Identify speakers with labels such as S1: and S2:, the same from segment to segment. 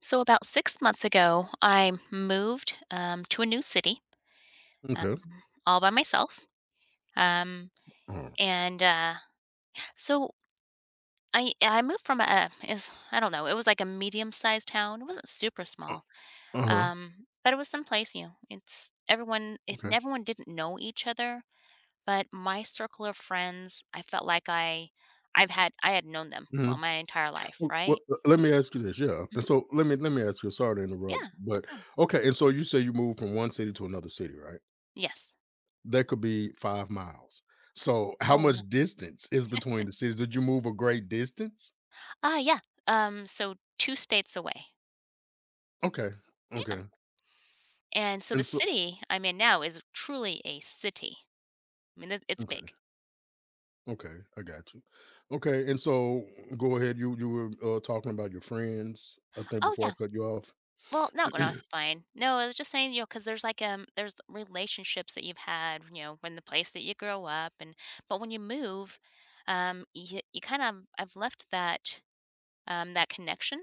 S1: So about 6 months ago, I moved to a new city um,
S2: Okay.
S1: all by myself. Um, and so I moved from a is I don't know it was like a medium sized town. It wasn't super small,
S2: Uh huh.
S1: but it was someplace you know it's everyone it,
S2: Okay.
S1: everyone didn't know each other. But my circle of friends, I felt like I had known them
S2: Hmm.
S1: well my entire life,
S2: Well,
S1: right?
S2: let me ask you this. Yeah. And
S1: Hmm.
S2: so let me ask you. Sorry to interrupt,
S1: Yeah, no
S2: but
S1: problem.
S2: okay. And so you say you moved from one city to another city, right?
S1: Yes.
S2: That could be 5 miles. So how
S1: Oh no.
S2: much distance is between the cities? Did you move a great distance?
S1: Ah, yeah. So two states away.
S2: Okay.
S1: Yeah.
S2: Okay.
S1: And so the
S2: And so
S1: city I'm in now is truly a city. I mean, it's
S2: okay.
S1: big.
S2: Okay. I got you. Okay. And so go ahead. You were talking about your friends, I think,
S1: Oh,
S2: before I
S1: yeah.
S2: cut you off.
S1: Well, not when I was fine. No, I was just saying, you know, because there's like there's relationships that you've had, you know, when the place that you grow up, and but when you move, you kind of I've left that that connection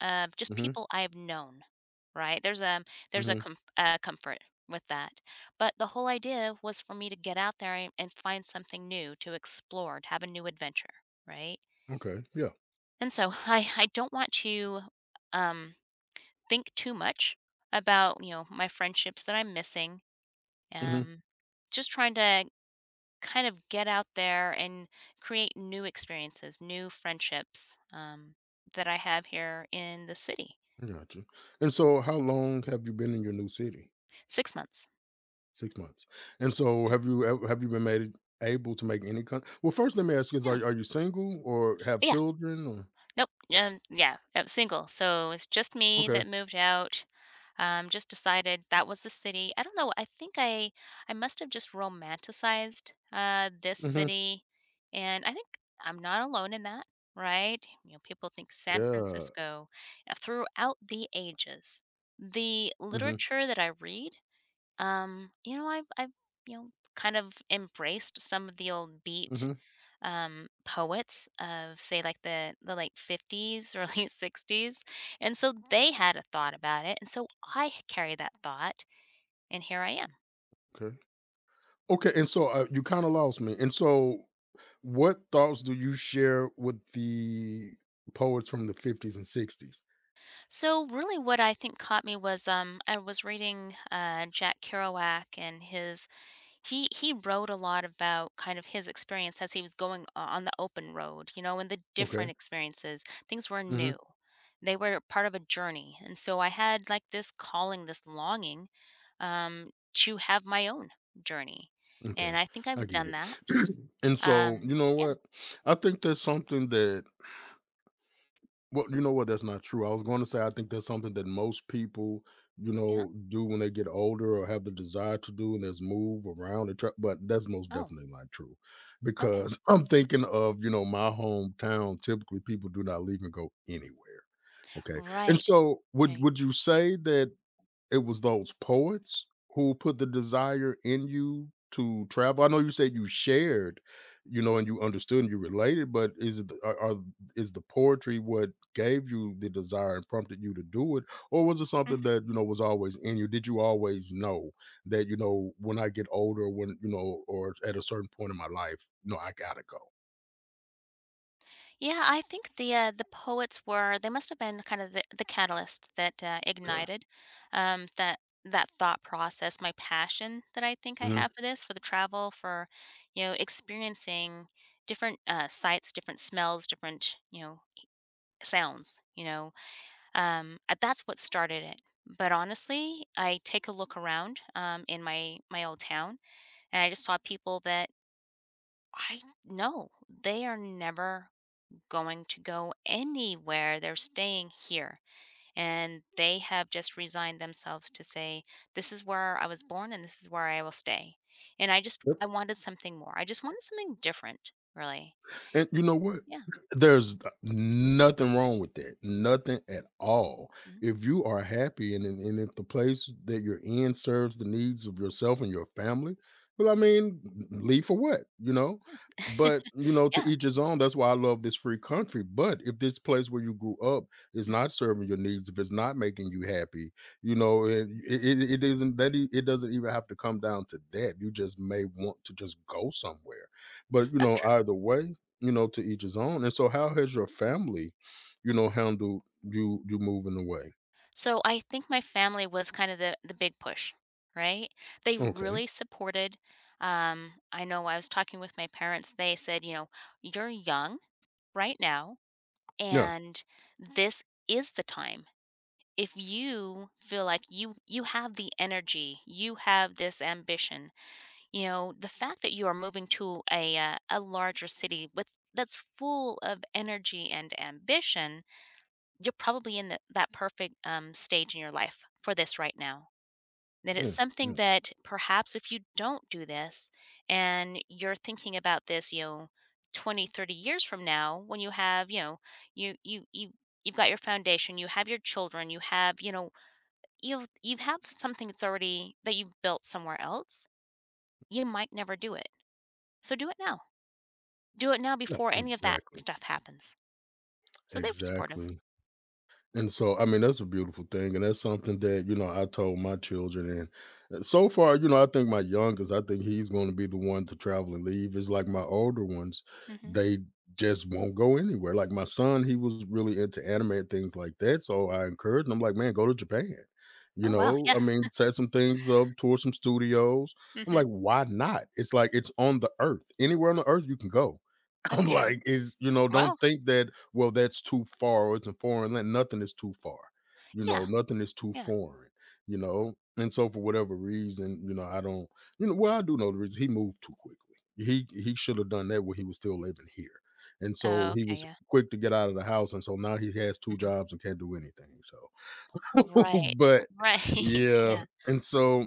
S1: of just
S2: Mm-hmm.
S1: people I have known, right? There's a
S2: Mm-hmm.
S1: comfort with that, but the whole idea was for me to get out there and, find something new to explore, to have a new adventure, right?
S2: Okay. Yeah.
S1: And so I don't want to um, think too much about my friendships that I'm missing.
S2: Mm-hmm.
S1: Um, just trying to kind of get out there and create new experiences, new friendships that I have here in the city.
S2: Gotcha. And so, how long have you been in your new city?
S1: 6 months.
S2: 6 months. And so, have
S1: Mhm,
S2: you have you been made able to make any kind? Well, first, let me ask you: Is
S1: yeah.
S2: are, are you single or have
S1: Yeah.
S2: children? Or
S1: Nope, yeah, single, so it's just me
S2: okay.
S1: that moved out, just decided that was the city. I don't know, I think I must have just romanticized, this
S2: Hmm.
S1: city, and I think I'm not alone in that, right? You know, people think San
S2: Yeah.
S1: Francisco throughout the ages. The
S2: Hmm.
S1: literature that I read, you know, I've, you know, kind of embraced some of the old beat
S2: Hmm.
S1: poets of say like the late 50s or late 60s, and so they had a thought about it, and so I carry that thought, and here I am.
S2: Okay. Okay. And so, you kind of lost me. And so, what thoughts do you share with the poets from the 50s and 60s?
S1: So really what I think caught me was I was reading Jack Kerouac, and his he wrote a lot about kind of his experience as he was going o on the open road, you know, and the
S2: Okay.
S1: different experiences. Things were
S2: Hmm.
S1: new. They were part of a journey, and so I had, like, this calling, this longing, to have my own journey, and
S2: Okay.
S1: I think
S2: I
S1: I've
S2: get
S1: done
S2: it.
S1: that.
S2: And so,
S1: Um
S2: you know
S1: Yeah,
S2: what? I think that's something that. Well, you know what? That's not true. I was going to say I think that's something that most people, you
S1: yeah.
S2: know, do when they get older or have the desire to do, and there's move around and try, but that's most
S1: Oh,
S2: definitely not true,
S1: okay.
S2: because I'm thinking of you know my hometown. Typically, people do not leave and go anywhere. Okay, and
S1: Right.
S2: so would
S1: Right.
S2: would you say that it was those poets who put the desire in you to travel? I know you said you shared, you know, and you understood and you related, but is it the are is the poetry what gave you the desire and prompted you to do it? Or was it something
S1: Mhm.
S2: that, you know, was always in you? Did you always know that, you know, when I get older, when, you know, or at a certain point in my life, no, I gotta go?
S1: Yeah, I think the poets were they must have been kind of the catalyst that
S2: Okay.
S1: ignited um, that that thought process, my passion that I think I have
S2: Mhm.
S1: for this, for the travel, for experiencing different sights, different smells, different sounds. You know, that's what started it. But honestly, I take a look around in my old town, and I just saw people that I know they are never going to go anywhere. They're staying here. And they have just resigned themselves to say, this is where I was born and this is where I will stay. And I just, I wanted something more. I just wanted something different, really.
S2: And you know what?
S1: Yeah.
S2: There's nothing wrong with that. Nothing at all.
S1: Mhm.
S2: If you are happy and if the place that you're in serves the needs of yourself and your family, well, I mean, leave for what? You know?
S1: Yeah.
S2: But, you know, to
S1: Yeah.
S2: each his own. That's why I love this free country. But if this place where you grew up is
S1: Mhm.
S2: not serving your needs, if it's not making you happy, you know, it isn't that, it doesn't even have to come down to that. You just may want to just go somewhere. But, you
S1: That's
S2: know,
S1: true.
S2: either way, you know, to each his own. And so, how has your family, you know, handled you moving away?
S1: So I think my family was kind of the big push, right? They
S2: Okay,
S1: really supported. I know I was talking with my parents. They said, you know, you're young right now.
S2: yeah,
S1: And this is the time. If you feel like you have the energy, you have this ambition, you know, the fact that you are moving to a larger city with that's full of energy and ambition, you're probably in the, that perfect stage in your life for this right now, that it's
S2: yeah,
S1: something
S2: yeah,
S1: that perhaps if you don't do this and you're thinking about this, you know, 20, 30 years from now, when you have, you know, you you you you've got your foundation, you have your children, you have, you know, you have something that's already that you built somewhere else, you might never do it. So do it now, do it now
S2: yeah.
S1: before any of that
S2: Exactly,
S1: stuff happens. So they were supportive.
S2: exactly. And so, I mean, that's a beautiful thing, and that's something that you know I told my children. And so far, you know, I think my youngest, I think he's going to be the one to travel and leave. It's like my older ones,
S1: Hmm.
S2: they just won't go anywhere. Like my son, he was really into anime and things like that. So I encouraged him, I'm like, man, go to Japan. You
S1: Oh wow,
S2: know,
S1: yeah.
S2: I mean, set some things up, tour some studios. I'm
S1: Hmm.
S2: like, why not? It's like it's on the earth. Anywhere on the earth you can go.
S1: That's
S2: I'm
S1: true.
S2: like, is you know,
S1: Wow.
S2: don't think that, well, that's too far or it's a foreign land. Nothing is too far. You
S1: Yeah,
S2: know, nothing is too
S1: yeah.
S2: foreign, you know. And so for whatever reason, you know, I don't, you know, well, I do know the reason, he moved too quickly. He should have done that when he was still living here. And so
S1: Oh,
S2: he
S1: okay,
S2: was
S1: yeah.
S2: quick to get out of the house. And so now he has two
S1: Hmm.
S2: jobs and can't do anything. So
S1: Right,
S2: but
S1: right. Yeah.
S2: yeah. And so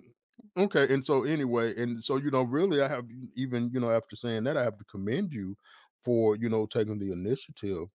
S2: okay, and so anyway, and so you know, really, I have, even you know after saying that, I have to commend you for you know taking the initiative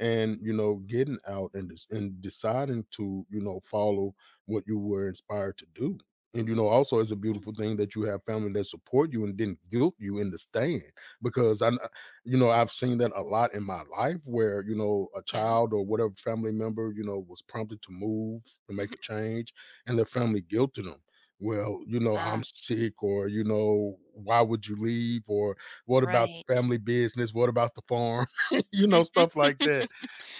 S2: and you know getting out and deciding to you know follow what you were inspired to do. And you know, also, it's a
S1: Yeah,
S2: beautiful thing that you have family that support you and didn't guilt you into staying. Because you know, I've seen that a lot in my life where you know a
S1: yeah,
S2: child or whatever family member you know was prompted to move, to make
S1: mhm.
S2: a change, and their family guilted them. "Well, you know, I'm
S1: Ah,
S2: sick," or, you know, "Why would you leave?" or, "What about the
S1: right.
S2: family business? What about the farm?" You know,
S1: Mm,
S2: stuff like that.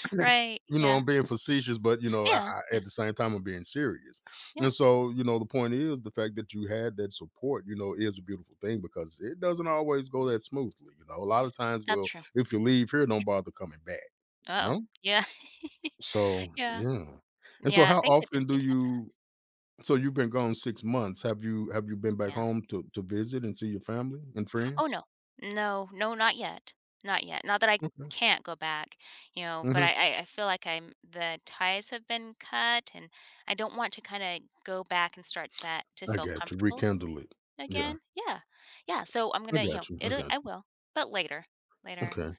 S1: right,
S2: You know,
S1: yeah.
S2: I'm being facetious, but, you know,
S1: Yeah, yeah,
S2: at the same time, I'm being serious.
S1: yeah,
S2: And so, you know, the point is the fact that you had that support, you know, is a beautiful thing, because it doesn't always go that smoothly. You know, a lot of times,
S1: that's
S2: well,
S1: true.
S2: if you leave here, don't bother coming back, you
S1: Oh,
S2: know?
S1: yeah.
S2: So,
S1: Yeah,
S2: yeah. And so,
S1: yeah,
S2: how
S1: thank goodness
S2: often
S1: we
S2: do
S1: didn't have that,
S2: you, so you've been gone 6 months. Have you been back
S1: yeah.
S2: home to visit and see your family and
S1: Oh,
S2: friends?
S1: no. No, no, not yet, not yet, not that I
S2: Okay.
S1: can't go back, you know, but
S2: Mhm.
S1: I feel like I'm the ties have been cut, and I don't want to kinda go back and start that to
S2: I
S1: feel
S2: got you.
S1: comfortable
S2: Rekindle it. Yeah.
S1: again. Yeah, yeah, so I'm
S2: I
S1: gonna, you know,
S2: got you. I
S1: it'll
S2: got
S1: I
S2: you.
S1: will, but later, later.
S2: Okay.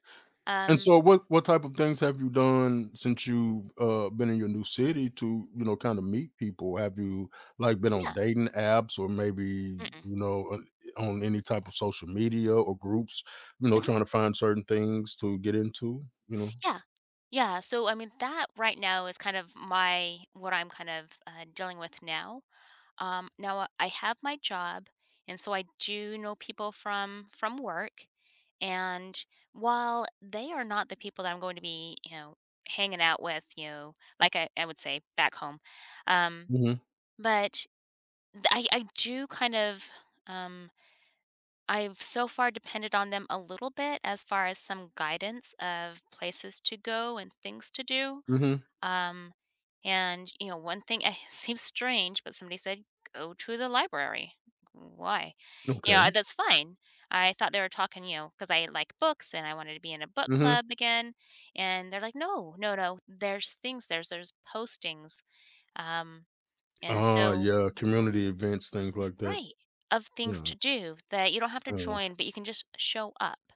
S2: And
S1: Um,
S2: so what type of things have you done since you've been in your new city to, you know, kinda meet people? Have you, like, been on
S1: yeah,
S2: dating apps or maybe,
S1: mm-mm.
S2: you know, on any type of social media or groups, you know, trying to find certain things to get into, you know?
S1: Yeah. Yeah, so, I mean, that right now is kind of my what I'm kind of, dealing with now. I have my job, and so I do know people from work, and while they are not the people that I'm going to be, you know, hanging out with, you know, like I would say back home, um,
S2: Mhm.
S1: but I do kind of, um I've so far depended on them a little bit as far as some guidance of places to go and things to do.
S2: Mhm.
S1: Um, and you know, one thing it seems strange, but somebody said, "Go to the library." Why? You
S2: Okay.
S1: know, that's fine. I thought they were talking, you know, because I like books and I wanted to be in a book
S2: Mhm.
S1: club again. And they're like, "No, no, no. There's things. There's postings." Um, and
S2: Ah,
S1: so
S2: yeah, community events, things like that.
S1: right of things
S2: Yeah,
S1: to do that you don't have to
S2: yeah,
S1: join, but you can just show up,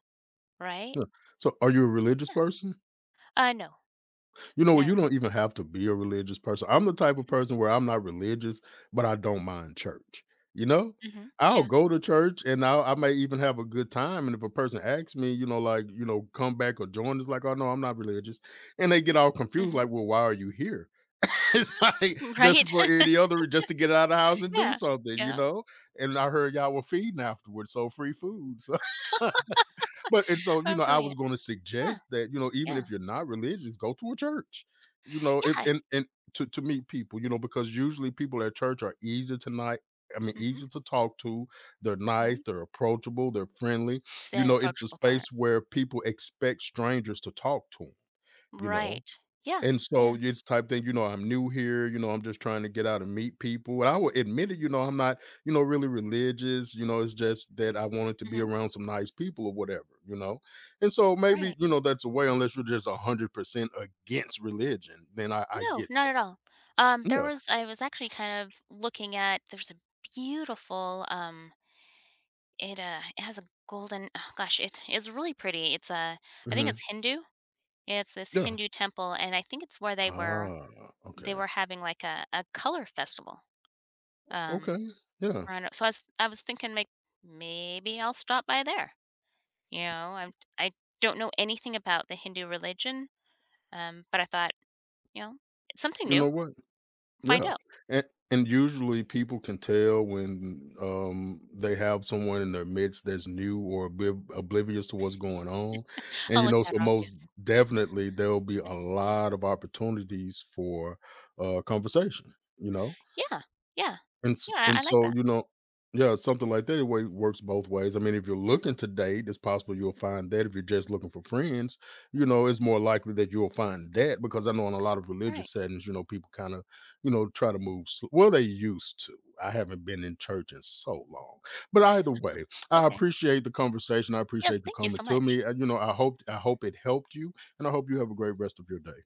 S1: right?
S2: yeah. So, are you a religious
S1: Yeah.
S2: person?
S1: No,
S2: You know what?
S1: no.
S2: You don't even have to be a religious person. I'm the type of person where I'm not religious, but I don't mind church. You know,
S1: Hmm.
S2: I'll
S1: Yeah.
S2: go to church, and I may even have a good time. And if a person asks me, you know, like, you know, come back or join, it's like, oh, no, I'm not religious. And they get all confused,
S1: Hmm.
S2: like, well, why are you here? It's like just
S1: Right.
S2: for any other, just to get out of the house and do
S1: Yeah.
S2: something, you
S1: Yeah.
S2: know? And I heard y'all were feeding afterwards, so free food. So but and so, you
S1: Oh,
S2: know, I was
S1: brilliant.
S2: gonna
S1: Yeah.
S2: suggest that, you know, even
S1: Yeah.
S2: if you're not religious, go to a church. You know, if,
S1: Yeah.
S2: and and to meet people, you know, because usually people at church are easy to, not I mean,
S1: Mhm.
S2: easy to talk to. They're nice.
S1: Right.
S2: They're approachable. They're friendly.
S1: It's
S2: You
S1: that
S2: know, it's a
S1: approachable part.
S2: space where people expect strangers to talk to them. You know,
S1: Right. Yeah.
S2: and
S1: Yeah.
S2: so it's type thing, you know, I'm new here, you know, I'm just trying to get out and meet people. And I will admit it, you know, I'm not, you know, really religious, you know, it's just that I wanted to be
S1: Mhm.
S2: around some nice people or whatever, you know. And so maybe,
S1: Right.
S2: you know, that's a way, unless you're just 100% against religion, then I
S1: No,
S2: get
S1: not
S2: that.
S1: at all. There was I was actually kind of looking at there's a beautiful, it has a golden oh gosh, it is really pretty. It's a I
S2: Yeah.
S1: think
S2: Hmm.
S1: it's Hindu. It's this
S2: Yeah.
S1: Hindu temple, and I think it's where
S2: Ah,
S1: they
S2: okay.
S1: were having like a color festival.
S2: Okay.
S1: Um,
S2: Yeah.
S1: Around it. So I was thinking like maybe I'll stop by there. You know, I don't know anything about the Hindu religion, but I thought, you know, it's something
S2: You
S1: new.
S2: know what?
S1: Find
S2: Yeah,
S1: out.
S2: and and usually people can tell when they have someone in their midst that's new or oblivious to what's going on, and
S1: I'll
S2: you
S1: look
S2: know,
S1: that
S2: so most
S1: obvious.
S2: definitely there'll be a lot of opportunities for conversation. You know,
S1: Yeah, yeah,
S2: and s
S1: yeah.
S2: and
S1: I like
S2: so,
S1: that.
S2: you know. Yeah, something like that, it way works both ways. I mean, if you're
S1: Hmm.
S2: looking to date, it's possible you'll find that. If you're just looking for friends, you know, it's more likely that you'll find that, because I know in a lot of
S1: All right.
S2: religious settings, you know, people kinda, you know, try to move sl well, they used to. I haven't been in church in so long. But either way, I
S1: Okay.
S2: appreciate the conversation. I
S1: Yes.
S2: appreciate you
S1: Thank you
S2: coming
S1: so
S2: to
S1: much.
S2: me. You know, I hope it helped you, and I hope you have a great rest of your day.